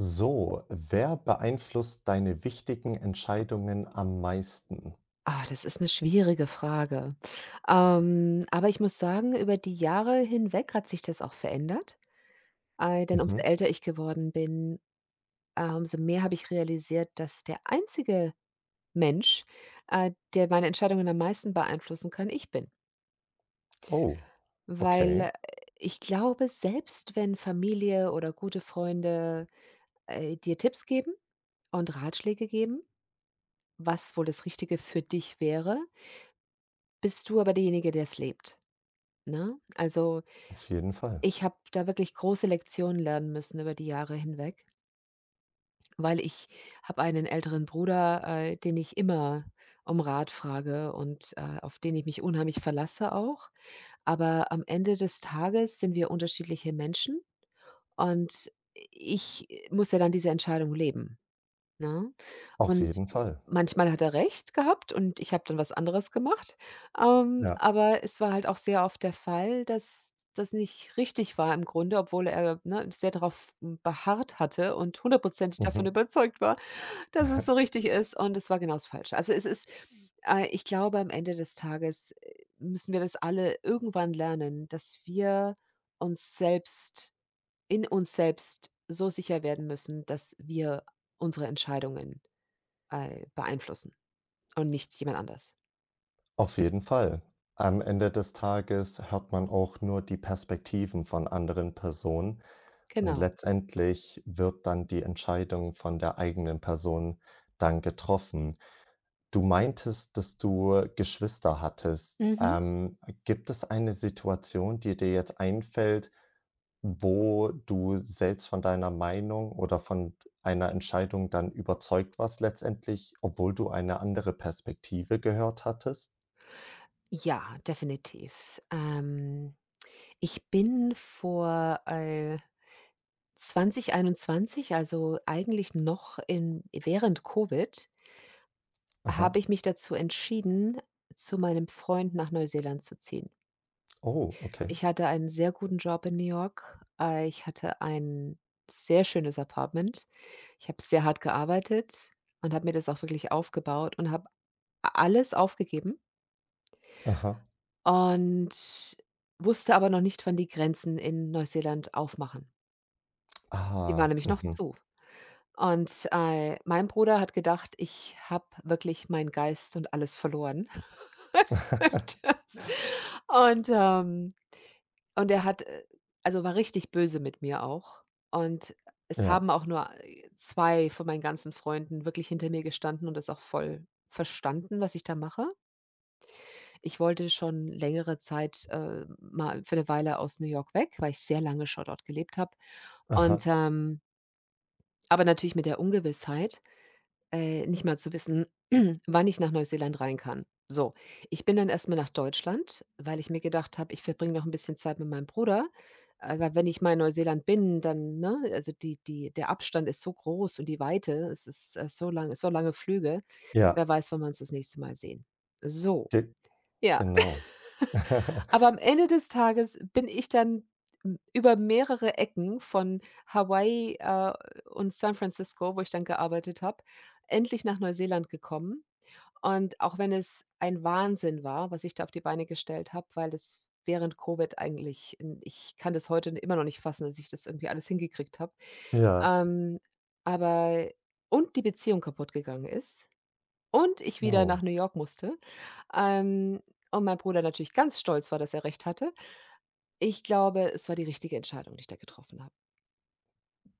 So, wer beeinflusst deine wichtigen Entscheidungen am meisten? Ah, das ist eine schwierige Frage. Aber ich muss sagen, über die Jahre hinweg hat sich das auch verändert. Ei, denn umso Mhm. älter ich geworden bin, umso mehr habe ich realisiert, dass der einzige Mensch, der meine Entscheidungen am meisten beeinflussen kann, ich bin. Oh, Weil, okay, ich glaube, selbst wenn Familie oder gute Freunde, dir Tipps geben und Ratschläge geben, was wohl das Richtige für dich wäre, bist du aber derjenige, der es lebt, ne? Also. auf jeden Fall. Ich habe da wirklich große Lektionen lernen müssen über die Jahre hinweg, weil ich habe einen älteren Bruder, den ich immer um Rat frage und, auf den ich mich unheimlich verlasse auch. Aber am Ende des Tages sind wir unterschiedliche Menschen und ich muss ja dann diese Entscheidung leben, ne? Auf Und jeden Fall. manchmal hat er recht gehabt und ich habe dann was anderes gemacht. Ja. Aber es war halt auch sehr oft der Fall, dass das nicht richtig war im Grunde, obwohl er, ne, sehr darauf beharrt hatte und hundertprozentig davon Mhm. überzeugt war, dass es so richtig ist und es war genau das Falsche. Also, es ist ich glaube, am Ende des Tages, müssen wir das alle irgendwann lernen, dass wir uns selbst in uns selbst so sicher werden müssen, dass wir unsere Entscheidungen Ei beeinflussen und nicht jemand anders. Auf jeden Fall. Am Ende des Tages hört man auch nur die Perspektiven von anderen Personen und Genau. letztendlich wird dann die Entscheidung von der eigenen Person dann getroffen. Du meintest, dass du Geschwister hattest. Mhm. Gibt es eine Situation, die dir jetzt einfällt, wo du selbst von deiner Meinung oder von einer Entscheidung dann überzeugt warst letztendlich, obwohl du eine andere Perspektive gehört hattest? Ja, definitiv. Ich bin vor, 2021, also eigentlich noch in während Covid, Aha. habe ich mich dazu entschieden, zu meinem Freund nach Neuseeland zu ziehen. Oh, okay. Ich hatte einen sehr guten Job in New York. Ich hatte ein sehr schönes Apartment. Ich habe sehr hart gearbeitet und habe mir das auch wirklich aufgebaut und habe alles aufgegeben. Aha. Und wusste aber noch nicht, wann die Grenzen in Neuseeland aufmachen. Die waren Ah, nämlich noch mhm. zu. Und, mein Bruder hat gedacht, ich habe wirklich meinen Geist und alles verloren. Das und, ähm und er hat, also, war richtig böse mit mir auch. Und es Ja, haben auch nur, 2 von meinen ganzen Freunden wirklich hinter mir gestanden und das auch voll verstanden, was ich da mache. Ich wollte schon längere Zeit, mal für eine Weile aus New York weg, weil ich sehr lange schon dort gelebt habe. Und, aha. Aber natürlich mit der Ungewissheit, nicht mal zu wissen, wann ich nach Neuseeland rein kann. So, ich bin dann erst mal nach Deutschland, weil ich mir gedacht habe, ich verbringe noch ein bisschen Zeit mit meinem Bruder, weil wenn ich mal in Neuseeland bin, dann ne, also die die der Abstand ist so groß und die Weite, es ist, so lange Flüge. Ja, Wer weiß, wann wir uns das nächste Mal sehen. So, ge ja. genau. Aber am Ende des Tages bin ich dann m über mehrere Ecken von Hawaii, und San Francisco, wo ich dann gearbeitet habe, endlich nach Neuseeland gekommen. Und auch wenn es ein Wahnsinn war, was ich da auf die Beine gestellt habe, weil es während Covid eigentlich n ich kann das heute immer noch nicht fassen, dass ich das irgendwie alles hingekriegt habe. Ja, Ähm, aber und die Beziehung kaputt gegangen ist und ich wieder nach oh. New York musste, ähm, und mein Bruder natürlich ganz stolz war, dass er recht hatte. Ich glaube, es war die richtige Entscheidung, die ich da getroffen habe.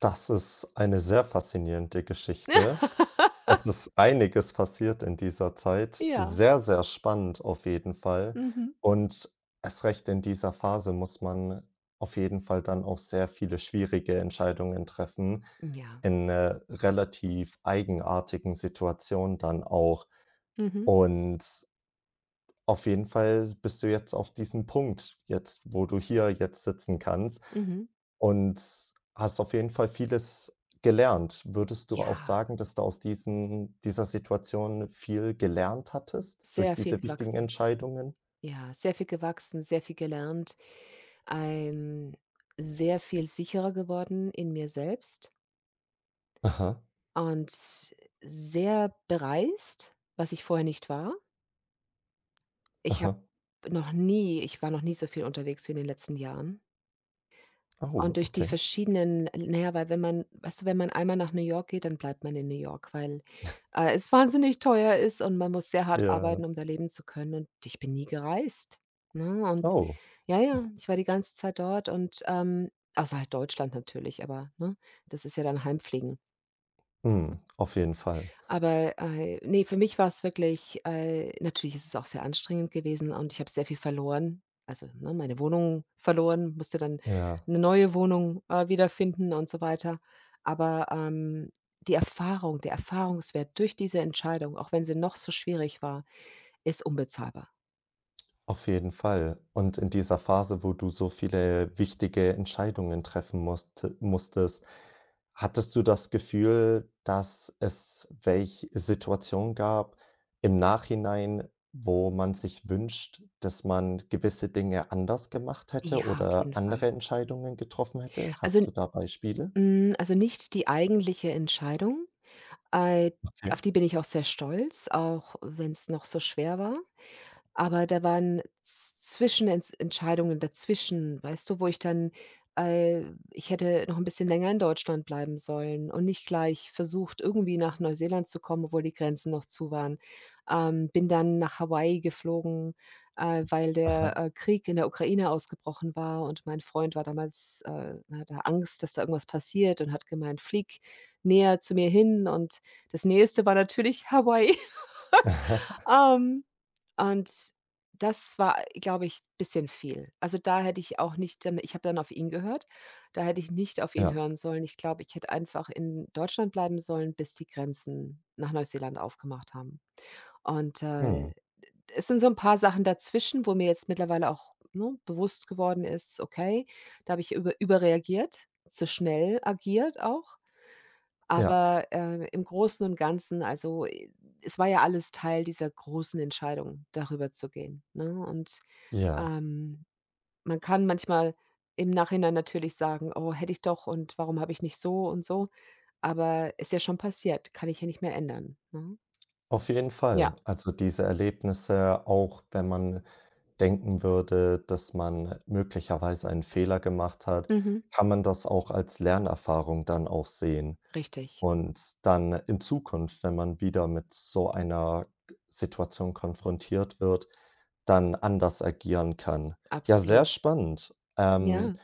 Das ist eine sehr faszinierende Geschichte. Es ist einiges passiert in dieser Zeit. Ja. Sehr, sehr spannend auf jeden Fall. Mhm. Und erst recht in dieser Phase muss man auf jeden Fall dann auch sehr viele schwierige Entscheidungen treffen, Ja. in, relativ eigenartigen Situationen dann auch. Mhm. Und auf jeden Fall bist du jetzt auf diesem Punkt jetzt, wo du hier jetzt sitzen kannst. Mhm. Und hast auf jeden Fall vieles gelernt. Würdest du auch Ja, sagen, dass du aus diesen dieser Situation viel gelernt hattest durch sehr viel diese wichtigen gewachsen. Entscheidungen? Ja, sehr viel gewachsen, sehr viel gelernt. Ähm, Sehr viel sicherer geworden in mir selbst Aha, und sehr bereist, was ich vorher nicht war. Ich habe aha. ich war noch nie so viel unterwegs wie in den letzten Jahren. Und Oh, durch die okay. verschiedenen, naja, weil wenn man weißt du, wenn man einmal nach New York geht, dann bleibt man in New York, weil, es wahnsinnig teuer ist und man muss sehr hart Ja. arbeiten, um da leben zu können und ich bin nie gereist, ne? Und Oh, ja, ja, ich war die ganze Zeit dort und, außer halt Deutschland natürlich, aber, ne, das ist ja dann Heimfliegen. mhm, auf jeden Fall. Aber, ne, für mich war es wirklich natürlich ist es auch sehr anstrengend gewesen und ich habe sehr viel verloren. Also, ne, meine Wohnung verloren, musste dann Ja. eine neue Wohnung, wiederfinden und so weiter. Aber, die Erfahrung der Erfahrungswert durch diese Entscheidung, auch wenn sie noch so schwierig war, ist unbezahlbar. Auf jeden Fall. Und in dieser Phase, wo du so viele wichtige Entscheidungen treffen musstest, hattest du das Gefühl, dass es welche Situationen gab im Nachhinein, wo man sich wünscht, dass man gewisse Dinge anders gemacht Ja, hätte auf oder jeden Fall. andere Entscheidungen getroffen hätte? Also, Hast du da Beispiele? also, nicht die eigentliche Entscheidung, äh, Okay. auf die bin ich auch sehr stolz, auch wenn es noch so schwer war. Aber da waren Z Zwischenentz Entscheidungen dazwischen, weißt du, wo ich dann äh, ich hätte noch ein bisschen länger in Deutschland bleiben sollen und nicht gleich versucht, irgendwie nach Neuseeland zu kommen, obwohl die Grenzen noch zu waren. Bin dann nach Hawaii geflogen, weil der, Aha. Krieg in der Ukraine ausgebrochen war und mein Freund war damals hatte Angst, dass da irgendwas passiert und hat gemeint: „Flieg näher zu mir hin“, und das Nächste war natürlich Hawaii. Ähm und das war, glaube ich, bisschen viel. Also, da hätte ich auch nicht dann ich habe dann auf ihn gehört, da hätte ich nicht auf ihn Ja. hören sollen. Ich glaube, ich hätte einfach in Deutschland bleiben sollen, bis die Grenzen nach Neuseeland aufgemacht haben. Und, Mhm. Es sind so ein paar Sachen dazwischen, wo mir jetzt mittlerweile auch, ne, bewusst geworden ist: „Okay, da habe ich überreagiert, zu schnell agiert auch.“ Ja. Aber, im Großen und Ganzen, also, es war ja alles Teil dieser großen Entscheidung, darüber zu gehen, ne? Und, Ja. ähm, man kann manchmal im Nachhinein natürlich sagen: „Oh, hätte ich doch und warum habe ich nicht so und so?“ Aber ist ja schon passiert, kann ich ja nicht mehr ändern, ne? Auf jeden Ja, Fall. Also diese Erlebnisse, auch wenn man denken würde, dass man möglicherweise einen Fehler gemacht hat, mhm, kann man das auch als Lernerfahrung dann auch sehen. richtig, Und dann in Zukunft, wenn man wieder mit so einer Situation konfrontiert wird, dann anders agieren kann. Ja, sehr absolut. spannend. Ja,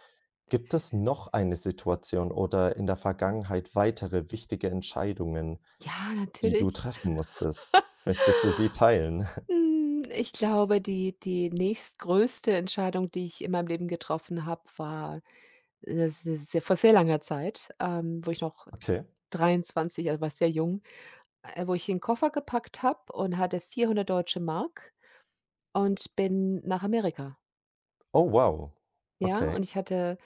Gibt es noch eine Situation oder in der Vergangenheit weitere wichtige Entscheidungen, ja, die du natürlich. treffen musstest? Möchtest du sie teilen? Ich glaube, die nächstgrößte Entscheidung, die ich in meinem Leben getroffen habe, war. Das ist se vor sehr langer Zeit, wo ich noch Okay. 23, also, war sehr jung, wo ich den Koffer gepackt habe und hatte 400 Deutsche Mark und bin nach Amerika, Oh, wow. ja? Und Okay. ich hatte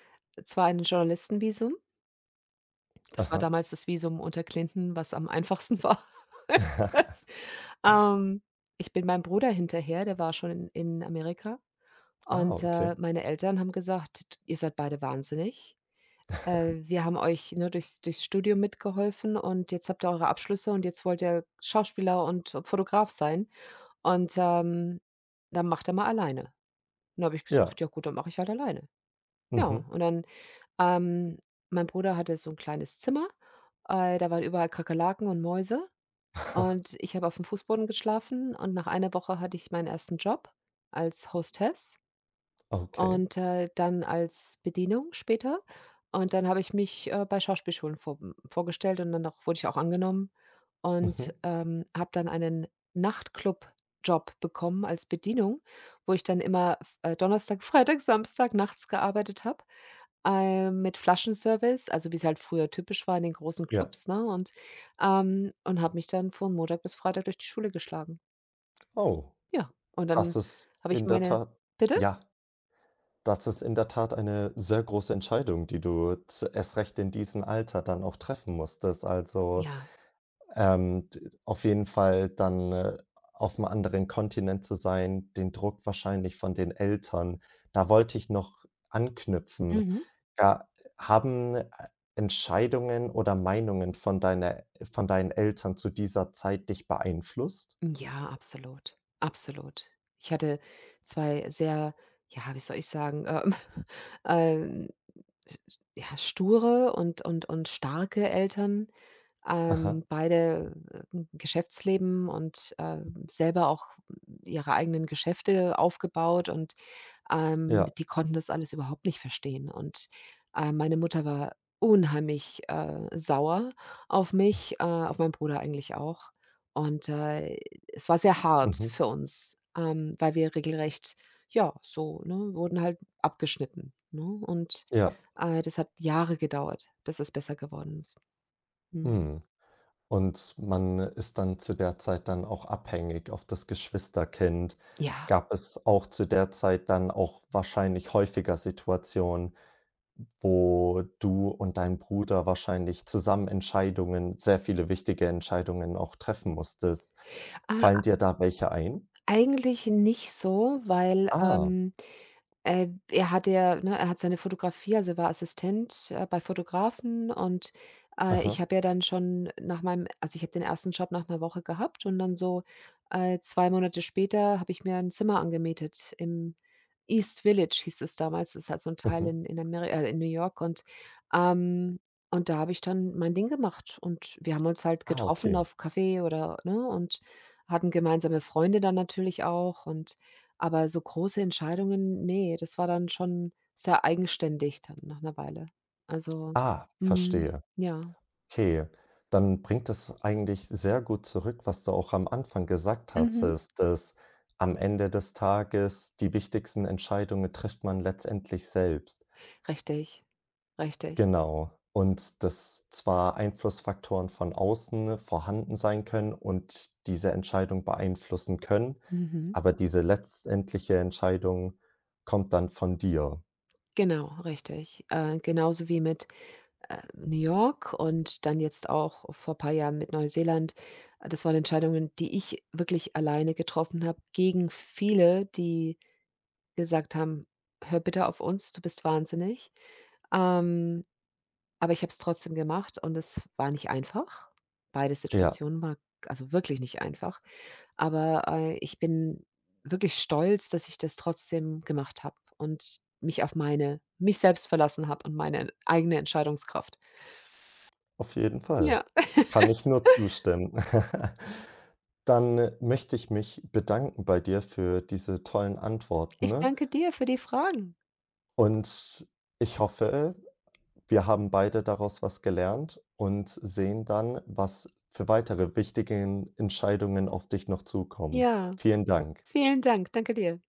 zwar ein Journalistenvisum, das war Aha. damals das Visum unter Clinton, was am einfachsten war. Das ähm, Ich bin meinem Bruder hinterher, der war schon in Amerika Ah, und, okay. meine Eltern haben gesagt: „Ihr seid beide wahnsinnig. Wir haben euch, ne, durchs Studium mitgeholfen und jetzt habt ihr eure Abschlüsse und jetzt wollt ihr Schauspieler und Fotograf sein und, dann macht er mal alleine.“ Dann habe ich Ja. gesagt: „Ja gut, dann mache ich halt alleine.“ Ja, Mhm. und dann, ähm mein Bruder hatte so ein kleines Zimmer, da waren überall Kakerlaken und Mäuse und ich habe auf dem Fußboden geschlafen und nach einer Woche hatte ich meinen ersten Job als Hostess. Okay. Und, dann als Bedienung später. Und dann habe ich mich, bei Schauspielschulen vorgestellt und dann auch wurde ich auch angenommen Mhm. und, habe dann einen Nachtclubjob bekommen als Bedienung, wo ich dann immer, Donnerstag, Freitag, Samstag nachts gearbeitet habe, mit Flaschenservice, also wie es halt früher typisch war in den großen Ja. Clubs, ne? Und habe mich dann von Montag bis Freitag durch die Schule geschlagen. Oh, Ja, und dann das ist habe ich in der meine, Tat bitte? ja, das ist in der Tat eine sehr große Entscheidung, die du z erst recht in diesem Alter dann auch treffen musstest. Also Ja. D auf jeden Fall dann, auf einem anderen Kontinent zu sein, den Druck wahrscheinlich von den Eltern. Da wollte ich noch anknüpfen. Mhm. Ja, haben, Entscheidungen oder Meinungen von deiner von deinen Eltern zu dieser Zeit dich beeinflusst? Ja, absolut, absolut. Ich hatte 2 sehr, ja, wie soll ich sagen, ähm, s s ja, sture und und starke Eltern, Aha. Beide, im Geschäftsleben und, selber auch ihre eigenen Geschäfte aufgebaut und Ja. die konnten das alles überhaupt nicht verstehen und, meine Mutter war unheimlich, sauer auf mich, auf meinen Bruder eigentlich auch. Und, es war sehr hart Mhm. für uns, weil wir regelrecht, ja, so, ne, wurden halt abgeschnitten, ne? Und, Ja. Das hat Jahre gedauert, bis es besser geworden ist. Mhm. Mhm. Und man ist dann zu der Zeit dann auch abhängig auf das Geschwisterkind. Ja, Gab es auch zu der Zeit dann auch wahrscheinlich häufiger Situationen, wo du und dein Bruder wahrscheinlich zusammen Entscheidungen sehr viele wichtige Entscheidungen auch treffen musstest. äh, Fallen dir da welche ein? eigentlich nicht so, weil, Ah, er hat ja, ne, er hat seine Fotografie, also, er war Assistent, bei Fotografen und, ich aha, habe ja dann schon nach meinem, also, ich habe den ersten Job nach einer Woche gehabt und dann so, 2 Monate später habe ich mir ein Zimmer angemietet im East Village hieß es damals. Das ist halt so ein Teil mhm. in Ameri in New York ähm und da habe ich dann mein Ding gemacht und wir haben uns halt Ah, getroffen okay. auf Kaffee oder ne, und hatten gemeinsame Freunde dann natürlich auch und, aber so große Entscheidungen, ne, das war dann schon sehr eigenständig dann nach 'ner Weile. Also, Ah, mhm, verstehe. ja. Okay, dann bringt das eigentlich sehr gut zurück, was du auch am Anfang gesagt Mhm. hattest, dass am Ende des Tages die wichtigsten Entscheidungen trifft man letztendlich selbst. Richtig, richtig. Genau. Und dass zwar Einflussfaktoren von außen vorhanden sein können und diese Entscheidung beeinflussen können, Mhm. aber diese letztendliche Entscheidung kommt dann von dir. Genau, richtig. Genauso wie mit, New York und dann jetzt auch vor paar Jahren mit Neuseeland. Das waren Entscheidungen, die ich wirklich alleine getroffen habe, gegen viele, die gesagt haben: „Hör bitte auf uns, du bist wahnsinnig.“ Ähm Aber ich habe es trotzdem gemacht und es war nicht einfach. Beide Ja, Situationen war also wirklich nicht einfach. Aber, ich bin wirklich stolz, dass ich das trotzdem gemacht habe und mich auf meine mich selbst verlassen habe und meine eigene Entscheidungskraft. auf jeden Fall. Ja, Kann ich nur zustimmen. Dann möchte ich mich bedanken bei dir für diese tollen Antworten, ich ne? danke dir für die Fragen. Und ich hoffe, wir haben beide daraus was gelernt und sehen dann, was für weitere wichtige Entscheidungen auf dich noch zukommen. Ja, Vielen Dank. vielen Dank. Danke dir.